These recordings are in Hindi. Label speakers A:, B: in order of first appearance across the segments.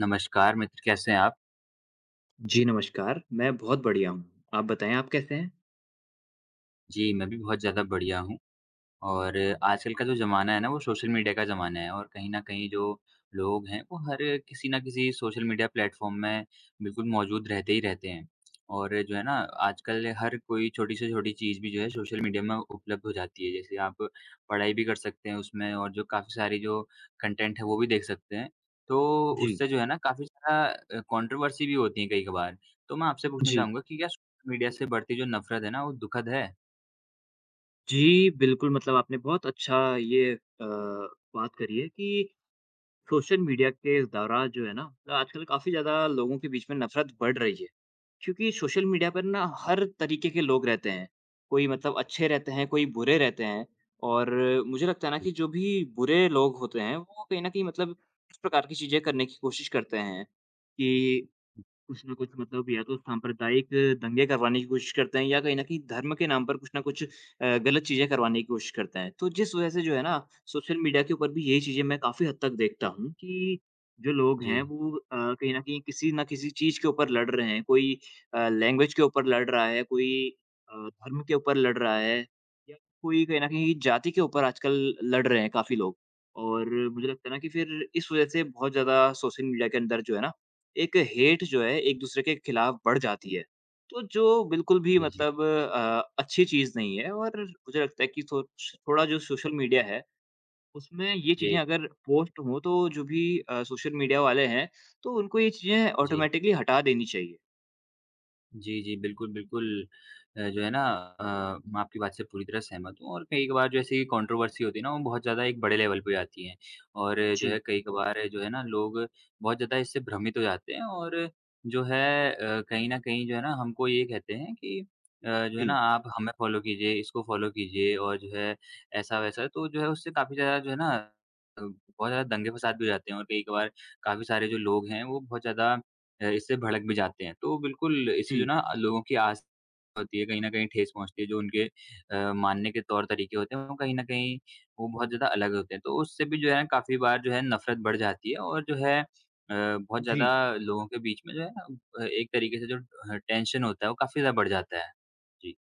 A: नमस्कार मित्र, कैसे हैं आप?
B: जी, नमस्कार। मैं बहुत बढ़िया हूँ। आप बताएँ आप कैसे हैं?
A: जी, मैं भी बहुत ज़्यादा बढ़िया हूँ। और आजकल का जो ज़माना है ना, वो सोशल मीडिया का ज़माना है और कहीं न कहीं जो लोग हैं, वो हर किसी न किसी सोशल मीडिया प्लेटफ़ॉर्म में बिल्कुल मौजूद रहते ही रहते हैं। और जो है ना, आजकल हर कोई छोटी से छोटी चीज़ भी जो है सोशल मीडिया में उपलब्ध हो जाती है। जैसे आप पढ़ाई भी कर सकते हैं उसमें और जो काफ़ी सारी जो कंटेंट है, वो भी देख सकते हैं। तो
B: जी,
A: उससे जो है ना, काफ़ी सारा कंट्रोवर्सी भी होती है कई-कभार। तो मैं आपसे पूछना
B: जी।
A: चाहूँगा कि क्या सोशल मीडिया से बढ़ती जो नफ़रत है ना, वो दुखद है?
B: जी, बिल्कुल मतलब आपने बहुत अच्छा ये बात करी है कि सोशल मीडिया के इस दौरान जो है ना, मतलब आजकल काफ़ी ज़्यादा लोगों के बीच में नफ़रत बढ़ रही है। क्योंकि सोशल मीडिया पर ना हर तरीके के लोग रहते हैं। कोई मतलब अच्छे रहते हैं, कोई बुरे रहते हैं और मुझे लगता है ना
A: जी।
B: कि जो भी बुरे लोग होते हैं, वो कहीं न कहीं मतलब इस प्रकार की चीज़ें करने की कोशिश करते हैं कि कुछ न कुछ मतलब या तो सांप्रदायिक दंगे करवाने की कोशिश करते हैं या कहीं न कहीं धर्म के नाम पर कुछ न कुछ गलत चीज़ें करवाने की कोशिश करते हैं। तो जिस वज़ह से जो है ना सोशल मीडिया के ऊपर भी यही चीज़ें मैं काफ़ी हद तक देखता हूँ कि जो लोग
A: जी।
B: हैं वो कहीं न कहीं किसी न किसी चीज़ के ऊपर लड़ रहे हैं। कोई लैंग्वेज के ऊपर लड़ रहा है, कोई धर्म के ऊपर लड़ रहा है या कोई कहीं न कहीं जाति के ऊपर आजकल लड़ रहे हैं काफ़ी लोग। और मुझे लगता है ना कि फिर इस वज़ह से बहुत ज़्यादा सोशल मीडिया के अंदर जो है ना एक हेट जो है एक-दूसरे के खिलाफ बढ़ जाती है। तो जो बिल्कुल भी
A: जी, जी।
B: मतलब अच्छी चीज़ नहीं है और मुझे लगता है कि थो थोड़ा जो सोशल मीडिया है, उसमें ये
A: जी,
B: चीज़ें अगर पोस्ट हों तो जो भी सोशल मीडिया वाले हैं, तो उनको ये चीज़ें
A: जी।
B: ऑटोमेटिकली हटा देनी चाहिए।
A: जी, जी, बिल्कुल, बिल्कुल जो है ना मैं आपकी बात से पूरी तरह सहमत हूँ और कई कभार जो ऐसी कंट्रोवर्सी होती है ना, वो बहुत ज़्यादा एक बड़े लेवल पे आती है और जो है
B: जी,
A: कई कभार जो है ना लोग बहुत ज़्यादा इससे भ्रमित हो जाते हैं और जो है कहीं न कहीं जो है ना हमको ये कहते हैं कि जो है ना
B: जी,
A: आप हमें फ़ॉलो कीजिए, इसको फ़ॉलो कीजिए और जो है ऐसा-वैसा तो जो है उससे काफ़ी ज़्यादा जो है ना बहुत ज़्यादा दंगे-फ़साद भी हो जाते हैं और कई कभार काफ़ी सारे जो लोग हैं, वो बहुत ज़्यादा इससे भड़क भी जाते हैं। तो बिल्कुल इससे जो
B: जी,
A: ना लोगों की आस्था होती है, कहीं न कहीं ठेस पहुँचती है, जो उनके मानने के तौर-तरीके होते हैं, वो कहीं न कहीं वो बहुत ज़्यादा अलग होते हैं। तो उससे भी जो है काफ़ी बार जो है नफ़रत बढ़ जाती है और जो है बहुत
B: जी।
A: ज़्यादा लोगों के बीच में जो है ना एक तरीके से जो टेंशन होता है वो काफ़ी ज़्यादा बढ़ जाता है। जी,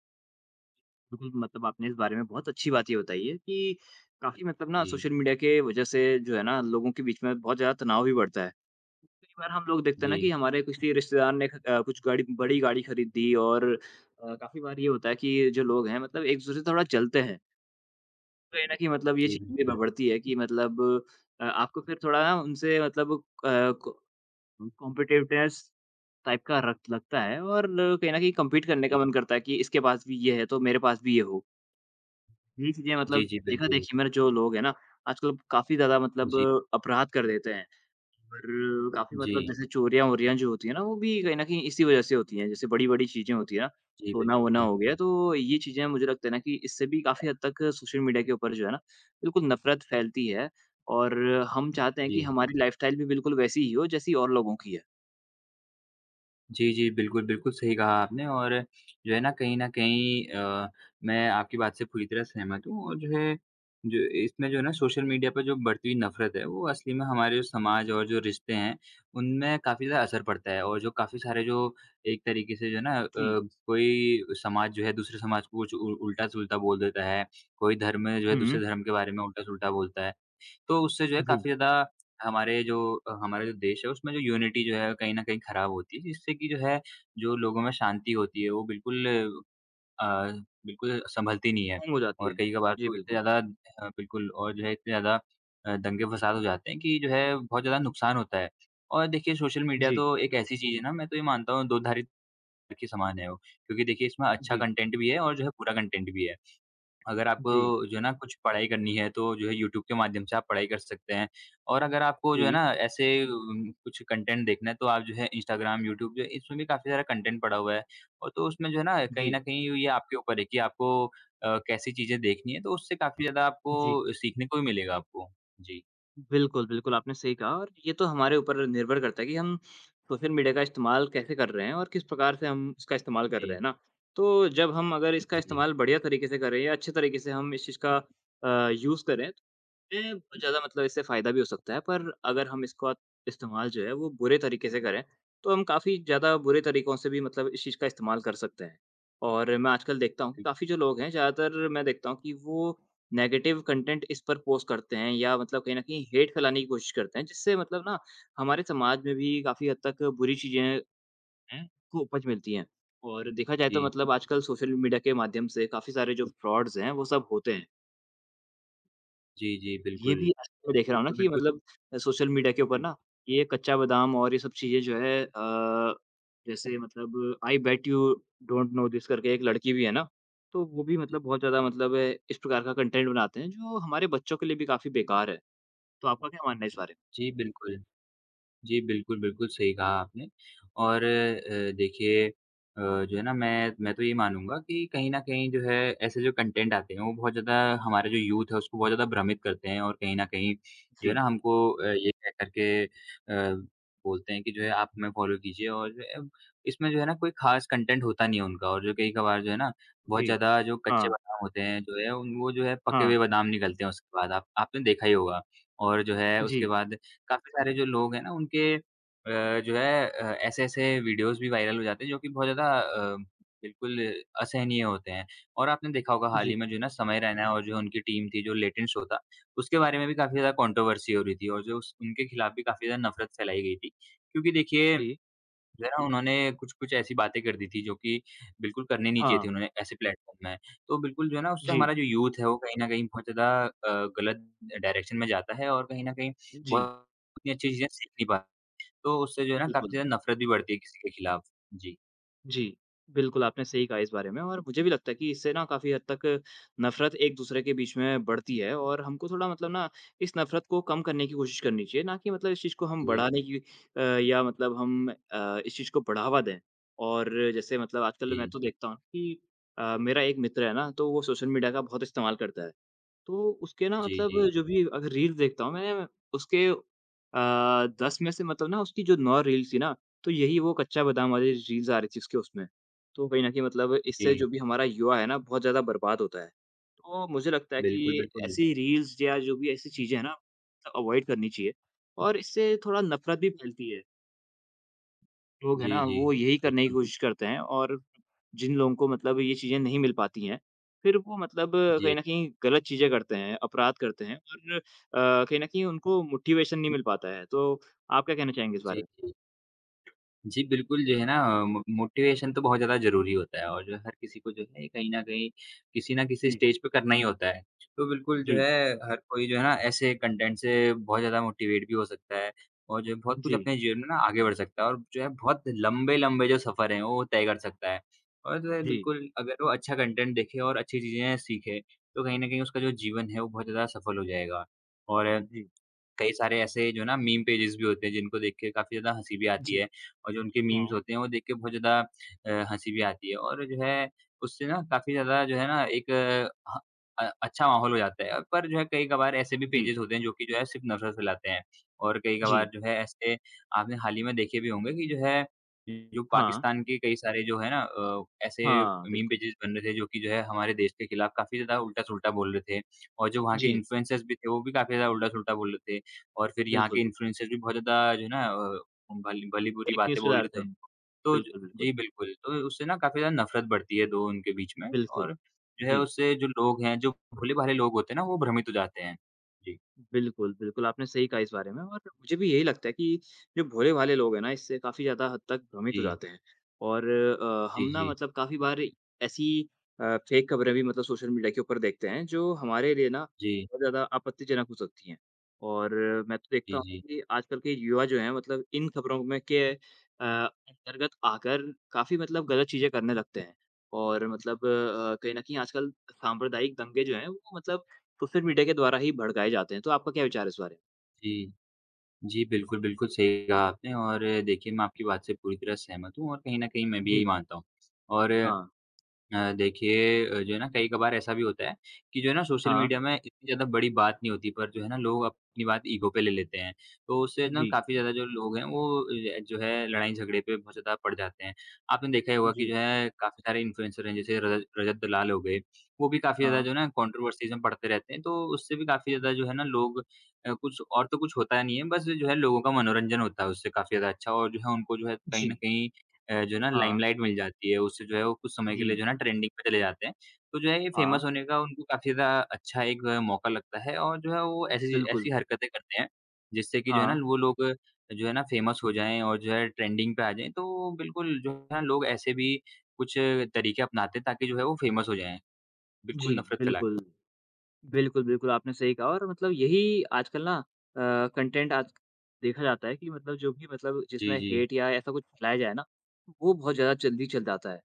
B: बिल्कुल, मतलब आपने इस बारे में बहुत अच्छी बात ये बताई है कि काफ़ी मतलब ना
A: जी,
B: सोशल मीडिया के वजह से जो है ना लोगों के बीच में बहुत ज़्यादा तनाव भी बढ़ता है। कई बार हम लोग देखते हैं ना
A: जी,
B: कि हमारे किसी रिश्तेदार ने कुछ गाड़ी बड़ी गाड़ी खरीद दी और काफ़ी बार ये होता है कि जो लोग हैं मतलब एक-दूसरे से थोड़ा जलते हैं। तो ये ना कि मतलब ये
A: जी बिल्कुल।
B: चीज़ें बढ़ती है कि मतलब आपको फिर थोड़ा ना उनसे मतलब को कॉम्पिटिटिवनेस टाइप का रख लगता है और लोग कहीं न कहीं कम्पीट करने का
A: जी,
B: मन करता है कि इसके पास भी ये है तो मेरे पास भी ये हो। ये चीज़ें
A: जी,
B: मतलब
A: जी बिल्कुल।
B: देखा-देखी में जो लोग हैं ना आजकल काफ़ी ज़्यादा मतलब
A: जी,
B: अपराध कर देते हैं। और काफ़ी मतलब
A: जी,
B: जैसे चोरियाँ-वोरियाँ जो होती है ना, वो भी कहीं न कहीं इसी वज़ह से होती हैं। जैसे बड़ी-बड़ी चीज़ें होती हैं ना,
A: जी
B: सोना-वोना
A: बिल्कुल।
B: हो गया, तो ये चीज़ें मुझे लगता है ना कि इससे भी काफ़ी हद तक सोशल मीडिया के ऊपर जो है ना, बिल्कुल नफ़रत फैलती है और हम चाहते हैं कि
A: जी।
B: हमारी लाइफ़स्टाइल भी बिल्कुल वैसी ही हो, जैसी और लोगों की है।
A: जी, जी। बिल्कुल, बिल्कुल सही कहा आपने और जो है ना कहीं न कहीं मैं आपकी बात से पूरी तरह सहमत हूँ और जो है जो इसमें जो है ना सोशल मीडिया पर जो बढ़ती हुई नफ़रत है, वो असली में हमारे जो समाज और जो रिश्ते हैं, उनमें काफ़ी ज़्यादा असर पड़ता है और जो काफ़ी सारे जो एक तरीके से जो है ना
B: जी।
A: कोई समाज जो है दूसरे समाज को कुछ उ उल्टा-सुलटा बोल देता है, कोई धर्म जो है दूसरे
B: हुँ।
A: धर्म के बारे में उल्टा-सुलटा बोलता है। तो उससे जो है
B: जी।
A: काफ़ी ज़्यादा हमारे जो हमारा जो देश है उसमें जो यूनिटी जो है कहीं न कहीं ख़राब होती है, जिससे कि जो है जो लोगों में शांति होती है वो बिल्कुल अ, बिल्कुल सँभलती नहीं है।
B: हैंग हो जाती
A: और
B: है।
A: कई कभार
B: जी,
A: तो इतने
B: बिल्कुल।
A: ज़्यादा बिल्कुल और जो है इतने ज़्यादा दंगे-फ़साद हो जाते हैं कि जो है बहुत ज़्यादा नुकसान होता है। और देखिए सोशल मीडिया
B: जी,
A: तो एक ऐसी चीज़ है ना मैं तो ये मानता हूँ दो-धारी के समान है वो, क्योंकि देखिए इसमें अच्छा
B: जी,
A: कंटेंट भी है और जो है बुरा कंटेंट भी है। अगर आपको
B: जी,
A: जो है ना कुछ पढ़ाई करनी है तो जो है यूट्यूब के माध्यम से आप पढ़ाई कर सकते हैं। और अगर आपको जो है
B: जी,
A: ना ऐसे कुछ कंटेंट देखना है तो आप जो है इंस्टाग्राम, यूट्यूब जो है इसमें भी काफ़ी सारा कंटेंट पड़ा हुआ है। और तो उसमें जो है ना कहीं न
B: जी,
A: कहीं ये आपके ऊपर है कि आपको कैसी चीज़ें देखनी है तो उससे काफ़ी ज़्यादा
B: जी।
A: आपको सीखने को भी मिलेगा आपको। जी,
B: बिल्कुल, बिल्कुल, आपने सही कहा और ये तो हमारे ऊपर निर्भर करता है कि हम सोशल मीडिया का इस्तेमाल कैसे कर रहे हैं और किस प्रकार से हम इसका इस्तेमाल कर रहे
A: जी,
B: हैं ना। तो जब हम अगर इसका
A: जी,
B: इस्तेमाल बढ़िया तरीके से करें या अच्छे तरीके से हम इस चीज़ का यूज़ करें में ज़्यादा मतलब इससे फ़ायदा भी हो सकता है, पर अगर हम इसका इस्तेमाल जो है वो बुरे तरीके से करें, तो हम काफ़ी ज़्यादा बुरे तरीकों से भी मतलब इस चीज़ का इस्तेमाल कर सकते हैं। और मैं आजकल देखता हूँ,
A: जी,
B: काफ़ी जो लोग हैं ज़्यादातर मैं देखता हूँ कि वो नेगेटिव कंटेंट इस पर पोस्ट करते हैं या मतलब कहीं न कहीं हेट फैलाने की कोशिश करते हैं, जिससे मतलब ना हमारे समाज में भी काफ़ी हद तक बुरी चीज़ें हैं, को उपज मिलती हैं। और देखा जाए तो
A: जी,
B: मतलब आजकल सोशल मीडिया के माध्यम से काफ़ी सारे जो फ्रॉड्स हैं, वो सब होते हैं।
A: जी, जी,
B: ये
A: बिल्कुल।
B: भी आजकल मैं देख रहा हूँ ना
A: बिल्कुल,
B: कि
A: बिल्कुल,
B: मतलब सोशल मीडिया के ऊपर ना
A: बिल्कुल।
B: ये कच्चा बादाम और ये सब चीज़ें जो है जैसे मतलब I bet you don't know this करके एक लड़की भी है ना, तो वो भी
A: जी,
B: मतलब बहुत ज़्यादा मतलब है इस प्रकार का कंटेंट बनाते हैं जो हमारे बच्चों के लिए भी काफ़ी बेकार है। तो आपका क्या मानना है इस बारे में?
A: जी, बिल्कुल। जी, बिल्कुल, बिल्कुल सही कहा आपने और देखिए जो है ना मैं तो ये मानूँगा कि कहीं न कहीं जो है ऐसे जो कंटेंट आते हैं वो बहुत ज़्यादा हमारा जो यूथ है उसको बहुत ज़्यादा भ्रमित करते हैं और कहीं न कहीं जो है
B: जी,
A: ना हमको ये कह कर के बोलते हैं कि जो है आप हमें फ़ॉलो कीजिए और जो है इसमें जो है ना कोई ख़ास कंटेंट होता नहीं है उनका और जो कई कभार जो है ना बहुत
B: जी।
A: ज़्यादा जो कच्चे
B: हाँ,
A: बादाम होते हैं जो है उन वो जो है पके हुए
B: हाँ।
A: बादाम निकलते हैं उसके बाद आप आपने देखा ही होगा और जो है उसके
B: जी,
A: बाद काफ़ी सारे जो लोग हैं ना उनके जो है ऐसे-ऐसे वीडियोज़ भी वायरल हो जाते हैं जो कि बहुत ज़्यादा बिल्कुल असहनीय होते हैं। और आपने देखा होगा हाल ही
B: जी,
A: में जो है ना समय रैना और जो उनकी टीम थी जो लेटेंट शो था, उसके बारे में भी काफ़ी ज़्यादा कंट्रोवर्सी हो रही थी और जो उस उनके खिलाफ भी काफ़ी ज़्यादा नफ़रत फैलाई गई थी। क्योंकि देखिए
B: जी।
A: ज़रा उन्होंने कुछ-कुछ ऐसी बातें कर दी थी जो कि बिल्कुल करनी नहीं चाहिए
B: हाँ,
A: थी उन्होंने ऐसे प्लेटफ़ॉर्म में। तो बिल्कुल जो है ना उससे हमारा
B: जी,
A: जो यूथ है वो कहीं न कहीं बहुत ज़्यादा गलत डायरेक्शन में जाता है और कहीं न कहीं
B: जी,
A: बहुत इतनी अच्छी चीज़ें सीख नहीं पाता। तो उससे जो है ना काफ़ी
B: बिल्कुल।
A: ज़्यादा नफ़रत भी बढ़ती है किसी के खिलाफ। जी।
B: जी, बिल्कुल आपने सही कहा इस बारे में और मुझे भी लगता है कि इससे ना काफ़ी हद तक नफ़रत एक-दूसरे के बीच में बढ़ती है और हमको थोड़ा मतलब ना इस नफ़रत को कम करने की कोशिश करनी चाहिए, ना कि मतलब इस चीज़ को हम
A: जी,
B: बढ़ाने की या मतलब हम इस चीज़ को बढ़ावा दें। और जैसे मतलब आजकल मैं
A: जी।
B: तो देखता हूँ कि मेरा एक मित्र है ना, तो वो सोशल मीडिया का बहुत इस्तेमाल करता है। तो उसके ना
A: जी,
B: मतलब
A: जी।
B: जो भी अगर रील्स देखता हूँ मैं उसके 10 में से मतलब ना उसकी जो 9 रील्स थी ना, तो यही वो कच्चा बादाम वाली रील्स आ रही थी उसके उसमें। तो कहीं न कहीं मतलब
A: जी।
B: इससे जो भी हमारा युवा है ना बहुत ज़्यादा बर्बाद होता है। तो मुझे लगता है
A: बिल्कुल,
B: कि
A: बिल्कुल।
B: ऐसी रील्स या जो भी ऐसी चीज़ें हैं ना, मतलब अवॉइड करनी चाहिए और इससे थोड़ा नफ़रत भी फैलती है। लोग हैं
A: जी,
B: ना,
A: जी।
B: वो यही करने की
A: बिल्कुल,
B: कोशिश
A: बिल्कुल।
B: करते हैं और जिन लोगों को मतलब ये चीज़ें नहीं मिल पाती हैं, फिर वो मतलब
A: जी।
B: कहीं न कहीं गलत चीज़ें करते हैं, अपराध करते हैं और कहीं न कहीं उनको मोटिवेशन नहीं मिल पाता है। तो आप क्या कहना चाहेंगे इस
A: जी,
B: बारे में?
A: जी। जी, बिल्कुल जो है ना मो मोटिवेशन तो बहुत ज़्यादा ज़रूरी होता है और जो है हर किसी को जो है कहीं न कहीं, किसी न किसी
B: जी,
A: स्टेज पे करना ही होता है। तो बिल्कुल जो
B: जी,
A: है हर कोई जो है ना ऐसे कंटेंट से बहुत ज़्यादा मोटिवेट भी हो सकता है और जो है बहुत कुछ
B: जी,
A: अपने जीवन में ना आगे बढ़ सकता है और जो है बहुत लंबे-लंबे जो सफ़र हैं वो तय कर सकता है। और जो है
B: जी,
A: बिल्कुल अगर वो अच्छा कंटेंट देखे और अच्छी चीज़ें सीखे, तो कहीं न कहीं उसका जो जीवन है वो बहुत ज़्यादा सफल हो जाएगा। और
B: जी,
A: कई सारे ऐसे जो है ना मीम पेजेज़ भी होते हैं जिनको देख के काफ़ी ज़्यादा हँसी भी आती
B: जी,
A: है और जो उनके मीम्स
B: हाँ,
A: होते हैं वो देख के बहुत ज़्यादा हँसी भी आती है और जो है उससे ना काफ़ी ज़्यादा जो है ना एक अ, ह अच्छा माहौल हो जाता है। पर जो है कई-कभार ऐसे भी
B: जी,
A: पेजेज़ होते हैं जो कि जो है सिर्फ़ नफ़रत फैलाते हैं और कई-कभार
B: जी,
A: जो है ऐसे आपने हाल ही में देखे भी होंगे कि जो है जो
B: हाँ,
A: पाकिस्तान के कई सारे जो है ना ऐसे
B: हाँ,
A: मीम
B: बिल्कुल।
A: पेजेज़ बन रहे थे जो कि जो है हमारे देश के खिलाफ काफ़ी ज़्यादा उल्टा-सुल्टा बोल रहे थे और जो वहाँ के
B: जी,
A: इन्फ्लुएंसर्स भी थे वो भी काफ़ी ज़्यादा उल्टा-सुल्टा बोल रहे थे। और फिर यहाँ के
B: बिल्कुल।
A: इन्फ्लुएंसर्स भी बहुत ज़्यादा जो है ना भली-बुरी
B: फेक
A: बातें
B: न्यूज़
A: बोल
B: फैला
A: रहे थे
B: रहे थे।
A: उनको। तो ज
B: बिल्कुल, बिल्कुल,
A: जी, बिल्कुल, तो उससे ना काफ़ी ज़्यादा नफ़रत बढ़ती है दो उनके बीच में और
B: बिल्कुल।
A: जो है
B: जी।
A: उससे जो लोग हैं, जो भोले-भाले लोग होते हैं ना, वो भ्रमित हो जाते हैं। जी।
B: बिल्कुल, बिल्कुल, आपने सही कहा इस बारे में और मुझे भी यही लगता है कि जो भोले-भाले लोग हैं ना, इससे काफ़ी ज़्यादा हद तक भ्रमित हो
A: जी,
B: जाते हैं और हम
A: जी,
B: ना
A: जी,
B: मतलब काफ़ी बार ऐसी फेक खबरें भी मतलब सोशल मीडिया के ऊपर देखते हैं, जो हमारे लिए ना
A: जी,
B: बहुत ज़्यादा आपत्तिजनक हो सकती हैं और मैं तो देखता
A: जी,
B: हूँ
A: जी,
B: कि आजकल के युवा जो हैं, मतलब इन खबरों में के अंतर्गत आकर काफ़ी मतलब गलत चीज़ें करने लगते हैं और मतलब कहीं न कहीं आजकल सांप्रदायिक दंगे जो हैं, वो मतलब सोशल मीडिया के द्वारा ही भड़काए जाते हैं, तो आपका क्या विचार है इस बारे में?
A: जी। जी, बिल्कुल, बिल्कुल सही कहा आपने और देखिए मैं आपकी बात से पूरी तरह सहमत हूँ और कहीं न कहीं मैं भी यही
B: जी,
A: मानता हूँ। और
B: हाँ,
A: देखिए जो है ना कई कभार ऐसा भी होता है कि जो है ना सोशल
B: हाँ,
A: मीडिया में इतनी ज़्यादा बड़ी बात नहीं होती पर जो है ना लोग अपनी बात ईगो पे ले लेते हैं। तो उससे ना
B: जी,
A: काफ़ी ज़्यादा जो लोग हैं वो जो है लड़ाई झगड़े पे बहुत ज़्यादा पड़ जाते हैं। आपने देखा ही होगा कि जो
B: जी,
A: है काफ़ी सारे इन्फ्लुएंसर हैं जैसे रजत रजत दलाल हो गए, वो भी काफ़ी ज़्यादा
B: हाँ,
A: जो है ना कंट्रोवर्सीज़ में पड़ते रहते हैं। तो उससे भी काफ़ी ज़्यादा जो है ना लोग कुछ और तो कुछ होता नहीं है बस जो है लोगों का मनोरंजन होता है उससे काफ़ी ज़्यादा अच्छा और जो है उनको जो है कहीं न
B: जी,
A: कहीं जो है ना
B: हाँ,
A: लाइमलाइट मिल जाती है, उससे जो है वो कुछ समय के
B: जी,
A: लिए जो है ना ट्रेंडिंग पे चले जाते हैं। तो जो है ये
B: हाँ,
A: फेमस होने का उनको काफ़ी ज़्यादा अच्छा एक मौका लगता है और जो है वो ऐसी ऐसी
B: बिल्कुल,
A: हरकतें करते हैं, जिससे कि जो है ना
B: हाँ,
A: वो लोग जो है ना फेमस हो जाएँ और जो है ट्रेंडिंग पे आ जाएँ। तो बिल्कुल जो है ना लोग ऐसे भी कुछ तरीके अपनाते हैं ताकि जो है वो फेमस हो जाएँ। बिल्कुल
B: जी,
A: नफ़रत फैला
B: बिल्कुल। बिल्कुल, बिल्कुल, आपने सही कहा और मतलब यही आजकल ना अ, कंटेंट आज देखा जाता है कि मतलब जो भी मतलब
A: जी,
B: जिसमें
A: जी।
B: हेट या ऐसा कुछ फैलाया जाए ना, वो बहुत ज़्यादा जल्दी चल जाता है।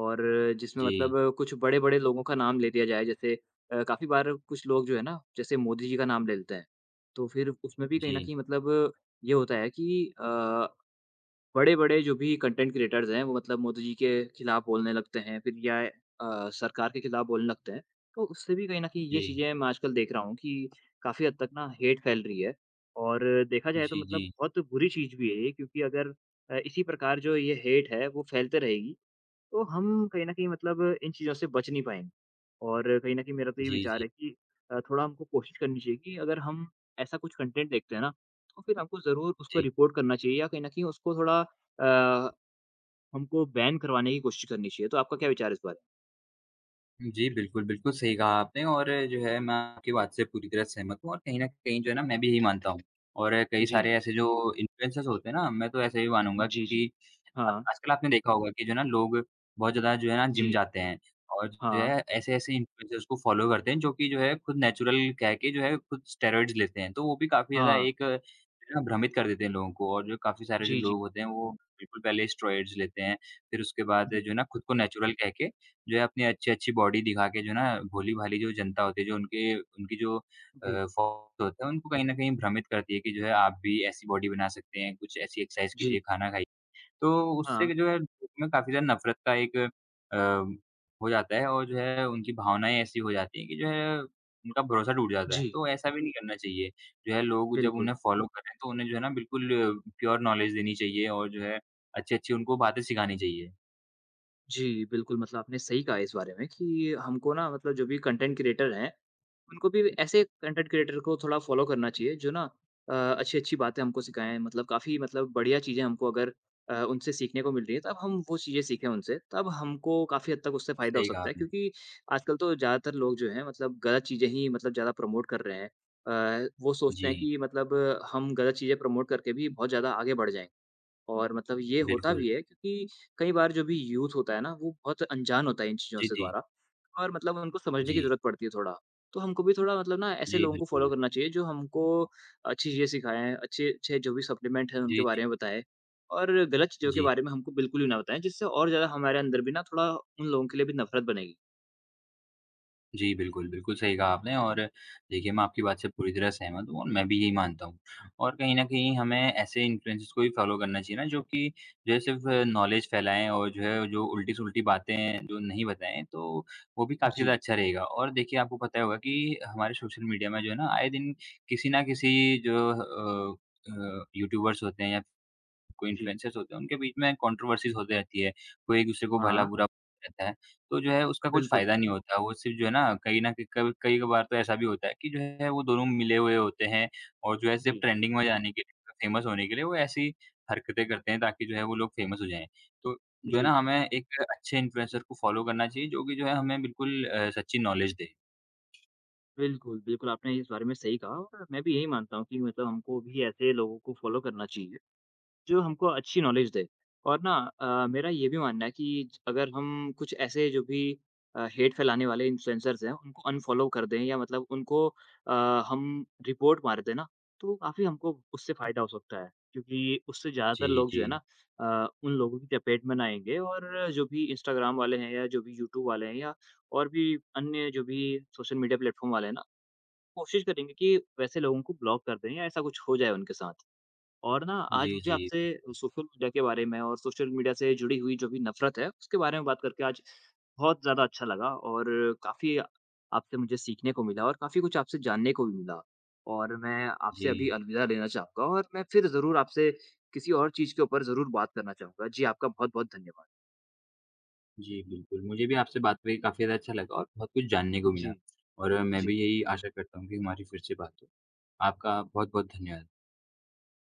B: और जिसमें
A: जी,
B: मतलब कुछ बड़े-बड़े लोगों का नाम ले लिया जाए जैसे काफ़ी बार कुछ लोग जो है ना, जैसे मोदी जी का नाम ले लेते हैं। तो फिर उसमें भी कहीं न
A: जी,
B: कहीं मतलब ये होता है कि बड़े-बड़े जो भी कंटेंट क्रिएटर्स हैं, वो मतलब मोदी जी के खिलाफ बोलने लगते हैं, फिर या सरकार के खिलाफ बोलने लगते हैं। तो उससे भी कहीं न कहीं ये
A: जी।
B: चीज़ें मैं आजकल देख रहा हूँ कि काफ़ी हद तक ना हेट फैल रही है और देखा जाए तो
A: जी,
B: मतलब
A: जी।
B: बहुत बुरी चीज़ भी है ये क्योंकि अगर इसी प्रकार जो ये हेट है, वो फैलते रहेगी तो हम कहीं न कहीं मतलब इन चीज़ों से बच नहीं पाएँगे और कहीं न कहीं मेरा तो ये
A: जी,
B: विचार
A: जी।
B: है कि थोड़ा हमको कोशिश करनी चाहिए कि अगर हम ऐसा कुछ कंटेंट देखते हैं ना, तो फिर हमको ज़रूर उसको
A: जी।
B: रिपोर्ट करना चाहिए या कहीं न कहीं उसको थोड़ा अ, हमको बैन करवाने की कोशिश करनी चाहिए। तो आपका क्या विचार है इस बारे
A: जी, बिल्कुल, बिल्कुल सही कहा आपने और जो है मैं आपकी बात से पूरी तरह सहमत हूँ और कहीं न कहीं जो है ना मैं भी यही मानता हूँ। और कई
B: में? जी।
A: सारे ऐसे जो इन्फ्लुएंसर्स होते हैं ना, मैं तो ऐसे ही मानूँगा
B: जी, जी।
A: कि आज
B: हाँ।
A: आजकल आपने देखा होगा कि जो है ना लोग बहुत ज़्यादा जो है ना जिम
B: जी।
A: जाते हैं और जो
B: हाँ।
A: है ऐसे-ऐसे इन्फ्लुएंसर्स को फॉलो करते हैं जो कि जो है खुद नेचुरल कह के जो है खुद स्टेरॉइड्स लेते हैं। तो वो भी काफ़ी ज़्यादा
B: हाँ।
A: एक जो है ना भ्रमित कर देते हैं लोगों को और जो काफ़ी सारे जो
B: जी, जी।
A: लोग होते हैं वो बिल्कुल पहले स्टेरॉइड्स लेते हैं, फिर उसके बाद
B: जी।
A: जो है ना खुद को नेचुरल कह के जो है अपनी अच्छी-अच्छी बॉडी दिखा के जो है ना, भोली-भाली जो जनता होती है, जो उनके उनकी जो
B: जी।
A: फ़ॉलोअर्स होते हैं, उनको कहीं न कहीं भ्रमित करती है कि जो है आप भी ऐसी बॉडी बना सकते हैं, कुछ ऐसी एक्सरसाइज
B: जी।
A: कीजिए, खाना खाइए। तो उससे
B: हाँ।
A: कि जो है उसमें काफ़ी ज़्यादा नफ़रत का एक हो जाता है और जो है उनकी भावनाएँ ऐसी हो जाती हैं कि जो है उनका भरोसा टूट जाता है।
B: जी।
A: तो ऐसा भी नहीं करना चाहिए, जो है लोग जब
B: बिल्कुल।
A: उन्हें फ़ॉलो कर रहे हैं, तो उन्हें जो है ना बिल्कुल प्योर नॉलेज देनी चाहिए और जो है अच्छी-अच्छी उनको बातें सिखानी चाहिए।
B: जी, बिल्कुल मतलब आपने सही कहा इस बारे में कि हमको ना मतलब जो भी कंटेंट क्रिएटर हैं उनको भी ऐसे कंटेंट क्रिएटर को थोड़ा फॉलो करना चाहिए जो ना अच्छी-अच्छी बातें हमको सिखाएँ, मतलब काफ़ी मतलब बढ़िया चीज़ें हमको अगर उनसे सीखने को मिल रही है, तब हम वो चीज़ें सीखें उनसे, तब हमको काफ़ी हद तक उससे फ़ायदा हो
A: सही कहा
B: सकता है
A: आपने।
B: क्योंकि आजकल तो ज़्यादातर लोग जो हैं मतलब गलत चीज़ें ही मतलब ज़्यादा प्रमोट कर रहे हैं। वो सोचते हैं
A: जी,
B: कि मतलब हम गलत चीज़ें प्रमोट करके भी बहुत ज़्यादा आगे बढ़ जाएँगे। और मतलब ये होता
A: बिल्कुल।
B: भी है क्योंकि कई बार जो भी यूथ होता है ना, वो बहुत अनजान होता है इन चीज़ों
A: जी,
B: से
A: जी।
B: द्वारा और मतलब उनको समझने की
A: जी।
B: ज़रूरत पड़ती है थोड़ा। तो हमको भी थोड़ा मतलब ना ऐसे
A: जी,
B: लोगों को फ़ॉलो
A: बिल्कुल।
B: करना चाहिए जो हमको अच्छी चीज़ें सिखाएँ, अच्छे-अच्छे जो भी सप्लीमेंट हैं उनके
A: जी, जी।
B: बारे में बताएँ और गलत चीज़ों के
A: जी।
B: बारे में हमको बिल्कुल भी ना बताएँ, जिससे और ज़्यादा हमारे अंदर भी ना थोड़ा उन लोगों के लिए भी नफ़रत बनेगी।
A: जी, बिल्कुल, बिल्कुल सही कहा आपने और देखिए मैं आपकी बात से पूरी तरह सहमत हूँ और मैं भी यही मानता हूँ। और कहीं न कहीं हमें ऐसे इन्फ्लुएंसर्स को भी फॉलो करना चाहिए ना जो कि जो है सिर्फ़ नॉलेज फैलाएँ और जो है जो उल्टी-सुलटी बातें जो नहीं बताएँ तो वो भी काफ़ी ज़्यादा
B: जी,
A: अच्छा रहेगा। और देखिए आपको पता होगा कि हमारे सोशल मीडिया में जो है ना आए दिन किसी ना किसी जो यूट्यूबर्स होते हैं या कोई
B: जी।
A: इन्फ्लुएंसर्स होते हैं, उनके बीच में कंट्रोवर्सीज़ होती रहती है। कोई एक-दूसरे को
B: हाँ,
A: भला-बुरा रहता है, तो जो है उसका कुछ
B: बिल्कुल।
A: फ़ायदा नहीं होता। वो सिर्फ़ जो है ना कहीं न कहीं कभी कई बार तो ऐसा भी होता है कि जो है वो दोनों मिले हुए होते हैं और जो है सिर्फ़
B: जी,
A: ट्रेंडिंग में जाने के लिए, फेमस होने के लिए वो ऐसी हरकतें करते हैं ताकि जो है वो लोग फेमस हो जाएँ। तो जो है ना
B: जी।
A: हमें एक अच्छे इन्फ्लुएंसर को फ़ॉलो करना चाहिए जो कि जो है हमें बिल्कुल सच्ची नॉलेज दे।
B: बिल्कुल, बिल्कुल आपने इस बारे में सही कहा और मैं भी यही मानता हूँ कि मतलब हमको भी ऐसे लोगों को फ़ॉलो करना चाहिए। जो हमको अच्छी नॉलेज दे। और ना मेरा ये भी मानना है कि अगर हम कुछ ऐसे जो भी हेट फैलाने वाले इन्फ्लुएंसर्स हैं, उनको अनफ़ॉलो कर दें या मतलब उनको अ, हम रिपोर्ट मार दें ना, तो काफ़ी हमको उससे फ़ायदा हो सकता है। क्योंकि उससे
A: जी,
B: ज़्यादातर लोग जो
A: जी।
B: है ना उन लोगों की चपेट में ना आएँगे और जो भी इंस्टाग्राम वाले हैं या जो भी यूट्यूब वाले हैं या और भी अन्य जो भी सोशल मीडिया प्लेटफ़ॉर्म वाले हैं ना, कोशिश करेंगे कि वैसे लोगों को ब्लॉक कर दें या ऐसा कुछ हो जाए उनके साथ। और ना आज
A: जी,
B: मुझे
A: जी,
B: आपसे
A: बिल्कुल।
B: सोशल मीडिया के बारे में और सोशल मीडिया से जुड़ी हुई जो भी नफ़रत है, उसके बारे में बात करके आज बहुत ज़्यादा अच्छा लगा और काफ़ी आपसे मुझे सीखने को मिला और काफ़ी कुछ आपसे जानने को भी मिला। और मैं आपसे अभी
A: जी।
B: अलविदा लेना चाहूँगा और मैं फिर ज़रूर आपसे किसी और चीज़ के ऊपर ज़रूर बात करना चाहूँगा। जी, आपका बहुत-बहुत धन्यवाद।
A: जी, बिल्कुल। मुझे भी आपसे बात करके काफ़ी ज़्यादा अच्छा लगा और बहुत कुछ जानने को
B: जी,
A: मिला और मैं
B: जी।
A: भी यही आशा करता हूँ कि हमारी फिर से बात हो। आपका बहुत-बहुत धन्यवाद।